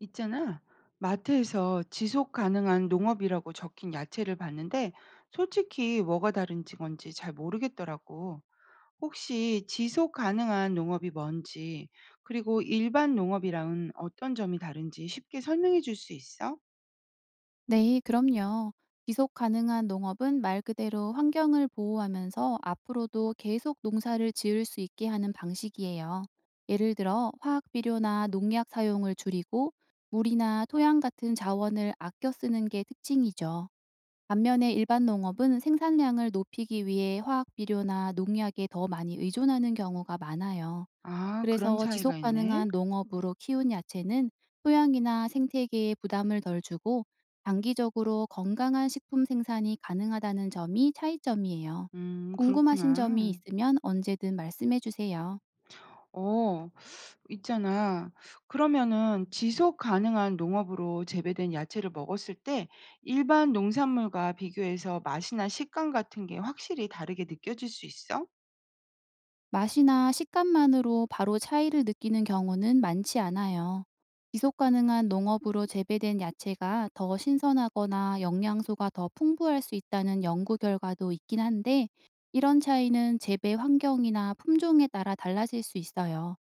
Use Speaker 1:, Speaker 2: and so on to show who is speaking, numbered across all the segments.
Speaker 1: 있잖아. 마트에서 지속 가능한 농업이라고 적힌 야채를 봤는데 솔직히 뭐가 다른지 뭔지 잘 모르겠더라고. 혹시 지속 가능한 농업이 뭔지, 그리고 일반 농업이랑은 어떤 점이 다른지 쉽게 설명해 줄 수 있어?
Speaker 2: 네, 그럼요. 지속 가능한 농업은 말 그대로 환경을 보호하면서 앞으로도 계속 농사를 지을 수 있게 하는 방식이에요. 예를 들어, 화학 비료나 농약 사용을 줄이고 물이나 토양 같은 자원을 아껴 쓰는 게 특징이죠. 반면에 일반 농업은 생산량을 높이기 위해 화학 비료나 농약에 더 많이 의존하는 경우가 많아요.
Speaker 1: 아, 그런
Speaker 2: 그래서
Speaker 1: 차이가
Speaker 2: 지속
Speaker 1: 있네.
Speaker 2: 가능한 농업으로 키운 야채는 토양이나 생태계에 부담을 덜 주고 장기적으로 건강한 식품 생산이 가능하다는 점이 차이점이에요. 궁금하신 점이
Speaker 1: 그렇구나.
Speaker 2: 있으면 언제든 말씀해 주세요.
Speaker 1: 어, 있잖아. 그러면은 지속 가능한 농업으로 재배된 야채를 먹었을 때 일반 농산물과 비교해서 맛이나 식감 같은 게 확실히 다르게 느껴질 수 있어?
Speaker 2: 맛이나 식감만으로 바로 차이를 느끼는 경우는 많지 않아요. 지속 가능한 농업으로 재배된 야채가 더 신선하거나 영양소가 더 풍부할 수 있다는 연구 결과도 있긴 한데, 이런 차이는 재배 환경이나 품종에 따라 달라질 수 있어요.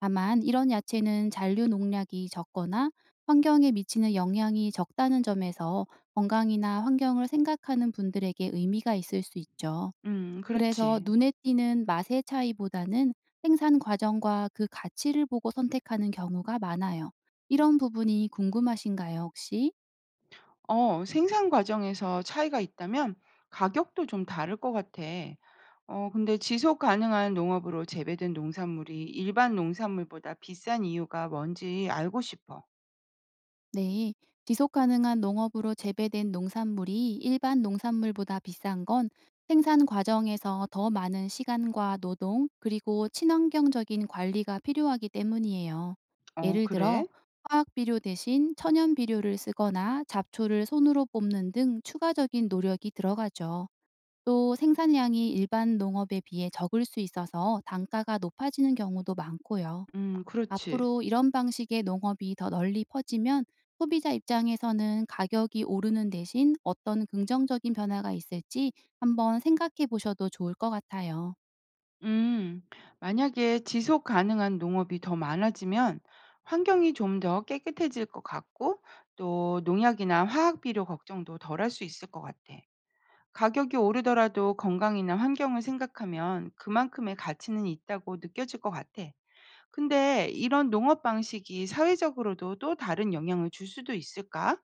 Speaker 2: 다만, 이런 야채는 잔류 농약이 적거나 환경에 미치는 영향이 적다는 점에서 건강이나 환경을 생각하는 분들에게 의미가 있을 수 있죠. 그래서
Speaker 1: 그렇지.
Speaker 2: 눈에 띄는 맛의 차이보다는 생산 과정과 그 가치를 보고 선택하는 경우가 많아요. 이런 부분이 궁금하신가요, 혹시?
Speaker 1: 어, 생산 과정에서 차이가 있다면 가격도 좀 다를 것 같아. 어, 근데 지속 가능한 농업으로 재배된 농산물이 일반 농산물보다 비싼 이유가 뭔지 알고 싶어.
Speaker 2: 네. 지속 가능한 농업으로 재배된 농산물이 일반 농산물보다 비싼 건 생산 과정에서 더 많은 시간과 노동, 그리고 친환경적인 관리가 필요하기 때문이에요.
Speaker 1: 어,
Speaker 2: 예를 들어,
Speaker 1: 그래?
Speaker 2: 화학 비료 대신 천연 비료를 쓰거나 잡초를 손으로 뽑는 등 추가적인 노력이 들어가죠. 또 생산량이 일반 농업에 비해 적을 수 있어서 단가가 높아지는 경우도 많고요.
Speaker 1: 그렇지.
Speaker 2: 앞으로 이런 방식의 농업이 더 널리 퍼지면 소비자 입장에서는 가격이 오르는 대신 어떤 긍정적인 변화가 있을지 한번 생각해 보셔도 좋을 것 같아요.
Speaker 1: 음, 만약에 지속 가능한 농업이 더 많아지면 환경이 좀 더 깨끗해질 것 같고 또 농약이나 화학 비료 걱정도 덜할 수 있을 것 같아. 가격이 오르더라도 건강이나 환경을 생각하면 그만큼의 가치는 있다고 느껴질 것 같아. 근데 이런 농업 방식이 사회적으로도 또 다른 영향을 줄 수도 있을까?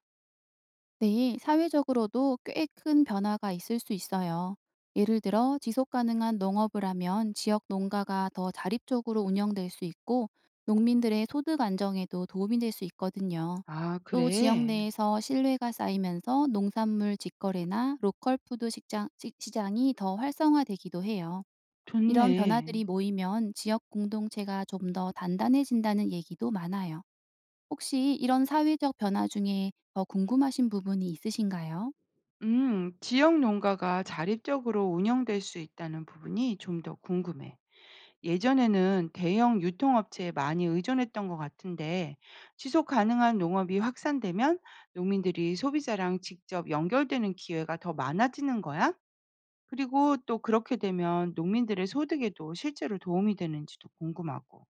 Speaker 2: 네, 사회적으로도 꽤 큰 변화가 있을 수 있어요. 예를 들어, 지속 가능한 농업을 하면 지역 농가가 더 자립적으로 운영될 수 있고 농민들의 소득 안정에도 도움이 될 수 있거든요.
Speaker 1: 아,
Speaker 2: 또 지역
Speaker 1: 그래.
Speaker 2: 내에서 신뢰가 쌓이면서 농산물 직거래나 로컬 푸드 시장, 시장이 더 활성화되기도 해요. 이런 변화들이
Speaker 1: 좋네.
Speaker 2: 모이면 지역 공동체가 좀 더 단단해진다는 얘기도 많아요. 혹시 이런 사회적 변화 중에 더 궁금하신 부분이 있으신가요?
Speaker 1: 지역 농가가 자립적으로 운영될 수 있다는 부분이 좀 더 궁금해. 예전에는 대형 유통업체에 많이 의존했던 것 같은데, 지속 가능한 농업이 확산되면 농민들이 소비자랑 직접 연결되는 기회가 더 많아지는 거야? 그리고 또 그렇게 되면 농민들의 소득에도 실제로 도움이 되는지도 궁금하고.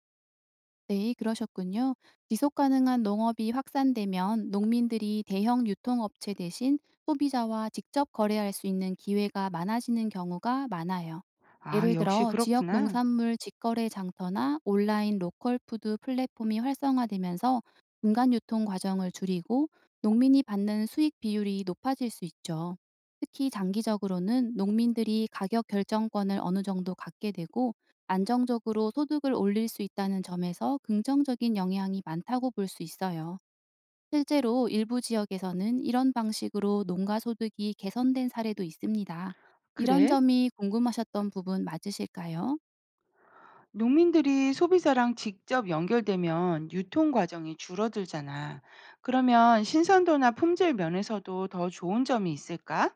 Speaker 2: 네, 그러셨군요. 지속 가능한 농업이 확산되면 농민들이 대형 유통업체 대신 소비자와 직접 거래할 수 있는 기회가 많아지는 경우가 많아요.
Speaker 1: 아,
Speaker 2: 예를
Speaker 1: 역시
Speaker 2: 들어, 지역
Speaker 1: 그렇구나.
Speaker 2: 농산물 직거래 장터나 온라인 로컬 푸드 플랫폼이 활성화되면서 중간 유통 과정을 줄이고 농민이 받는 수익 비율이 높아질 수 있죠. 특히 장기적으로는 농민들이 가격 결정권을 어느 정도 갖게 되고 안정적으로 소득을 올릴 수 있다는 점에서 긍정적인 영향이 많다고 볼 수 있어요. 실제로 일부 지역에서는 이런 방식으로 농가 소득이 개선된 사례도 있습니다. 이런
Speaker 1: 그래.
Speaker 2: 점이 궁금하셨던 부분 맞으실까요?
Speaker 1: 농민들이 소비자랑 직접 연결되면 유통 과정이 줄어들잖아. 그러면 신선도나 품질 면에서도 더 좋은 점이 있을까?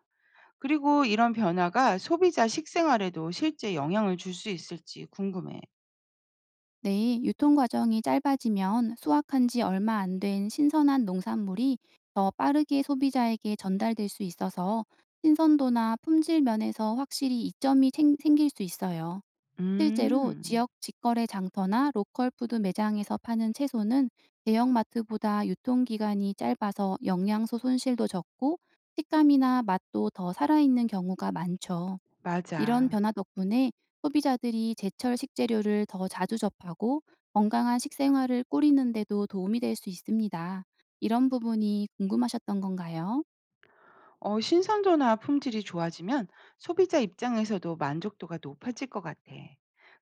Speaker 1: 그리고 이런 변화가 소비자 식생활에도 실제 영향을 줄 수 있을지 궁금해.
Speaker 2: 네, 유통 과정이 짧아지면 수확한 지 얼마 안 된 신선한 농산물이 더 빠르게 소비자에게 전달될 수 있어서 신선도나 품질 면에서 확실히 이점이 생길 수 있어요. 실제로
Speaker 1: 음,
Speaker 2: 지역 직거래 장터나 로컬 푸드 매장에서 파는 채소는 대형마트보다 유통기간이 짧아서 영양소 손실도 적고 식감이나 맛도 더 살아있는 경우가 많죠. 이런
Speaker 1: 맞아.
Speaker 2: 변화 덕분에 소비자들이 제철 식재료를 더 자주 접하고 건강한 식생활을 꾸리는데도 도움이 될 수 있습니다. 이런 부분이 궁금하셨던 건가요?
Speaker 1: 어, 신선도나 품질이 좋아지면 소비자 입장에서도 만족도가 높아질 것 같아.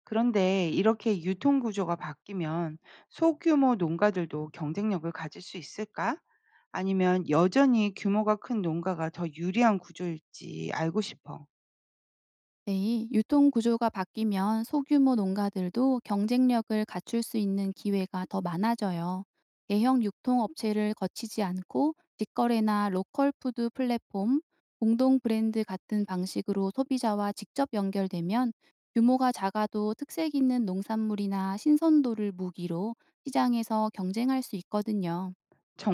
Speaker 1: 그런데 이렇게 유통 구조가 바뀌면 소규모 농가들도 경쟁력을 가질 수 있을까? 아니면 여전히 규모가 큰 농가가 더 유리한 구조일지 알고 싶어.
Speaker 2: 네, 유통 구조가 바뀌면 소규모 농가들도 경쟁력을 갖출 수 있는 기회가 더 많아져요. 대형 유통업체를 거치지 않고 직거래나 로컬 푸드 플랫폼, 공동 브랜드 같은 방식으로 소비자와 직접 연결되면 규모가 작아도 특색 있는 농산물이나 신선도를 무기로 시장에서 경쟁할 수 있거든요.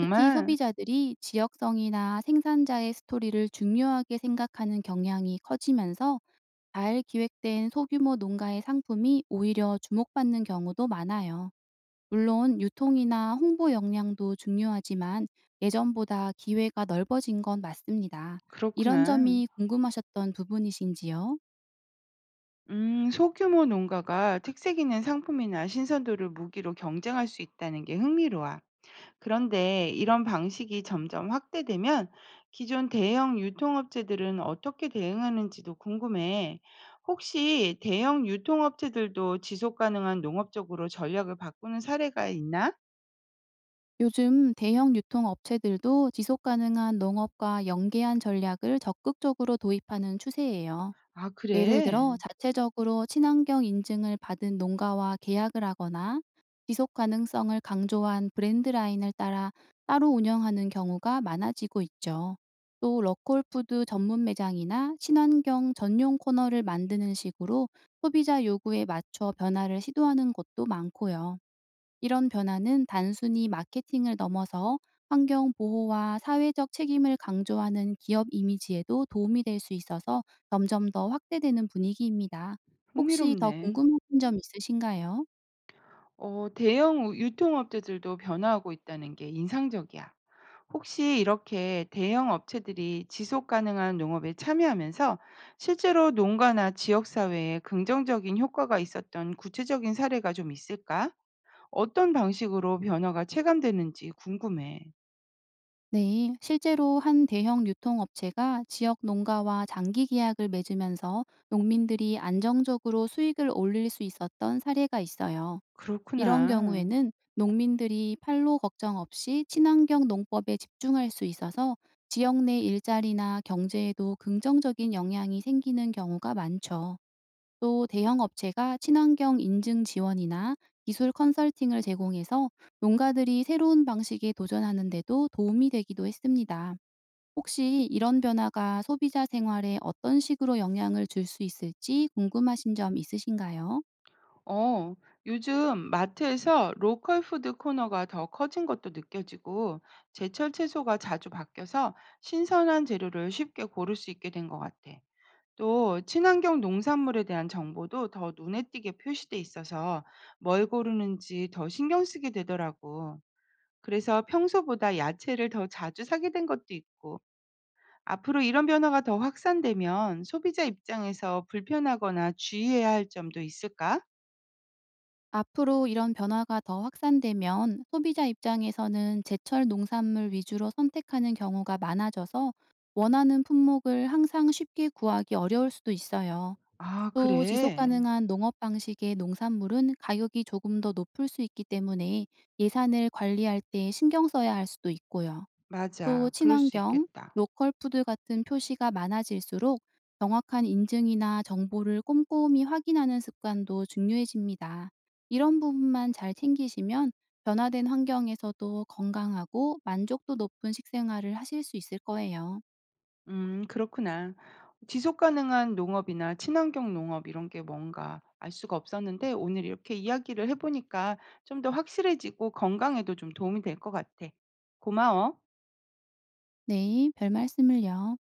Speaker 2: 특히 소비자들이 지역성이나 생산자의 스토리를 중요하게 생각하는 경향이 커지면서 잘 기획된 소규모 농가의 상품이 오히려 주목받는 경우도 많아요. 물론 유통이나 홍보 역량도 중요하지만 예전보다 기회가 넓어진 건 맞습니다. 이런
Speaker 1: 그렇구나.
Speaker 2: 점이 궁금하셨던 부분이신지요?
Speaker 1: 소규모 농가가 특색 있는 상품이나 신선도를 무기로 경쟁할 수 있다는 게 흥미로워. 그런데 이런 방식이 점점 확대되면 기존 대형 유통업체들은 어떻게 대응하는지도 궁금해. 혹시 대형 유통업체들도 지속 가능한 농업 적으로 전략을 바꾸는 사례가 있나?
Speaker 2: 요즘 대형 유통 업체들도 지속 가능한 농업과 연계한 전략을 적극적으로 도입하는 추세예요.
Speaker 1: 아,
Speaker 2: 예를 들어,
Speaker 1: 그래.
Speaker 2: 자체적으로 친환경 인증을 받은 농가와 계약을 하거나 지속 가능성을 강조한 브랜드 라인을 따라 따로 운영하는 경우가 많아지고 있죠. 또 럭홀푸드 전문 매장이나 친환경 전용 코너를 만드는 식으로 소비자 요구에 맞춰 변화를 시도하는 곳도 많고요. 이런 변화는 단순히 마케팅을 넘어서 환경 보호와 사회적 책임을 강조하는 기업 이미지에도 도움이 될 수 있어서 점점 더 확대되는 분위기입니다. 혹시
Speaker 1: 흥미롭네.
Speaker 2: 더 궁금한 점 있으신가요?
Speaker 1: 어 대형 우 유통업체들도 변화하고 있다는 게 인상적이야. 혹시 이렇게 대형 업체들이 지속 가능한 농업에 참여하면서 실제로 농가나 지역 사회에 긍정적인 효과가 있었던 구체적인 사례가 좀 있을까? 어떤 방식으로 변화가 체감되는지 궁금해.
Speaker 2: 네, 실제로 한 대형 유통업체가 지역 농가와 장기 계약을 맺으면서 농민들이 안정적으로 수익을 올릴 수 있었던 사례가 있어요. 이런
Speaker 1: 그렇구나.
Speaker 2: 경우에는 농민들이 판로 걱정 없이 친환경 농법에 집중할 수 있어서 지역 내 일자리나 경제에도 긍정적인 영향이 생기는 경우가 많죠. 또 대형 업체가 친환경 인증 지원이나 기술 컨설팅을 제공해서 농가들이 새로운 방식에 도전하는데도 도움이 되기도 했습니다. 혹시 이런 변화가 소비자 생활에 어떤 식으로 영향을 줄 수 있을지 궁금하신 점 있으신가요?
Speaker 1: 어, 요즘 마트에서 로컬 푸드 코너가 더 커진 것도 느껴지고, 제철 채소가 자주 바뀌어서 신선한 재료를 쉽게 고를 수 있게 된 것 같아. 또, 친환경 농산물에 대한 정보도 더 눈에 띄게 표시돼 있어서 뭘 고르는지 더 신경 쓰게 되더라고. 그래서 평소보다 야채를 더 자주 사게 된 것도 있고, 앞으로 이런 변화가 더 확산되면 소비자 입장에서 불편하거나 주의해야 할 점도 있을까?
Speaker 2: 앞으로 이런 변화가 더 확산되면 소비자 입장에서는 제철 농산물 위주로 선택하는 경우가 많아져서 원하는 품목을 항상 쉽게 구하기 어려울 수도 있어요.
Speaker 1: 아,
Speaker 2: 또 지속
Speaker 1: 그래.
Speaker 2: 가능한 농업 방식의 농산물은 가격이 조금 더 높을 수 있기 때문에 예산을 관리할 때 신경 써야 할 수도 있고요. 또
Speaker 1: 맞아. 그럴 수
Speaker 2: 친환경,
Speaker 1: 있겠다.
Speaker 2: 로컬 푸드 같은 표시가 많아질수록 정확한 인증이나 정보를 꼼꼼히 확인하는 습관도 중요해집니다. 이런 부분만 잘 챙기시면 변화된 환경에서도 건강하고 만족도 높은 식생활을 하실 수 있을 거예요.
Speaker 1: 음, 그렇구나. 지속 가능한 농업이나 친환경 농업 이런 게 뭔가 알 수가 없었는데 오늘 이렇게 이야기를 해 보니까 좀 더 확실해지고 건강에도 좀 도움이 될 것 같아. 고마워.
Speaker 2: 네, 별 말씀을요.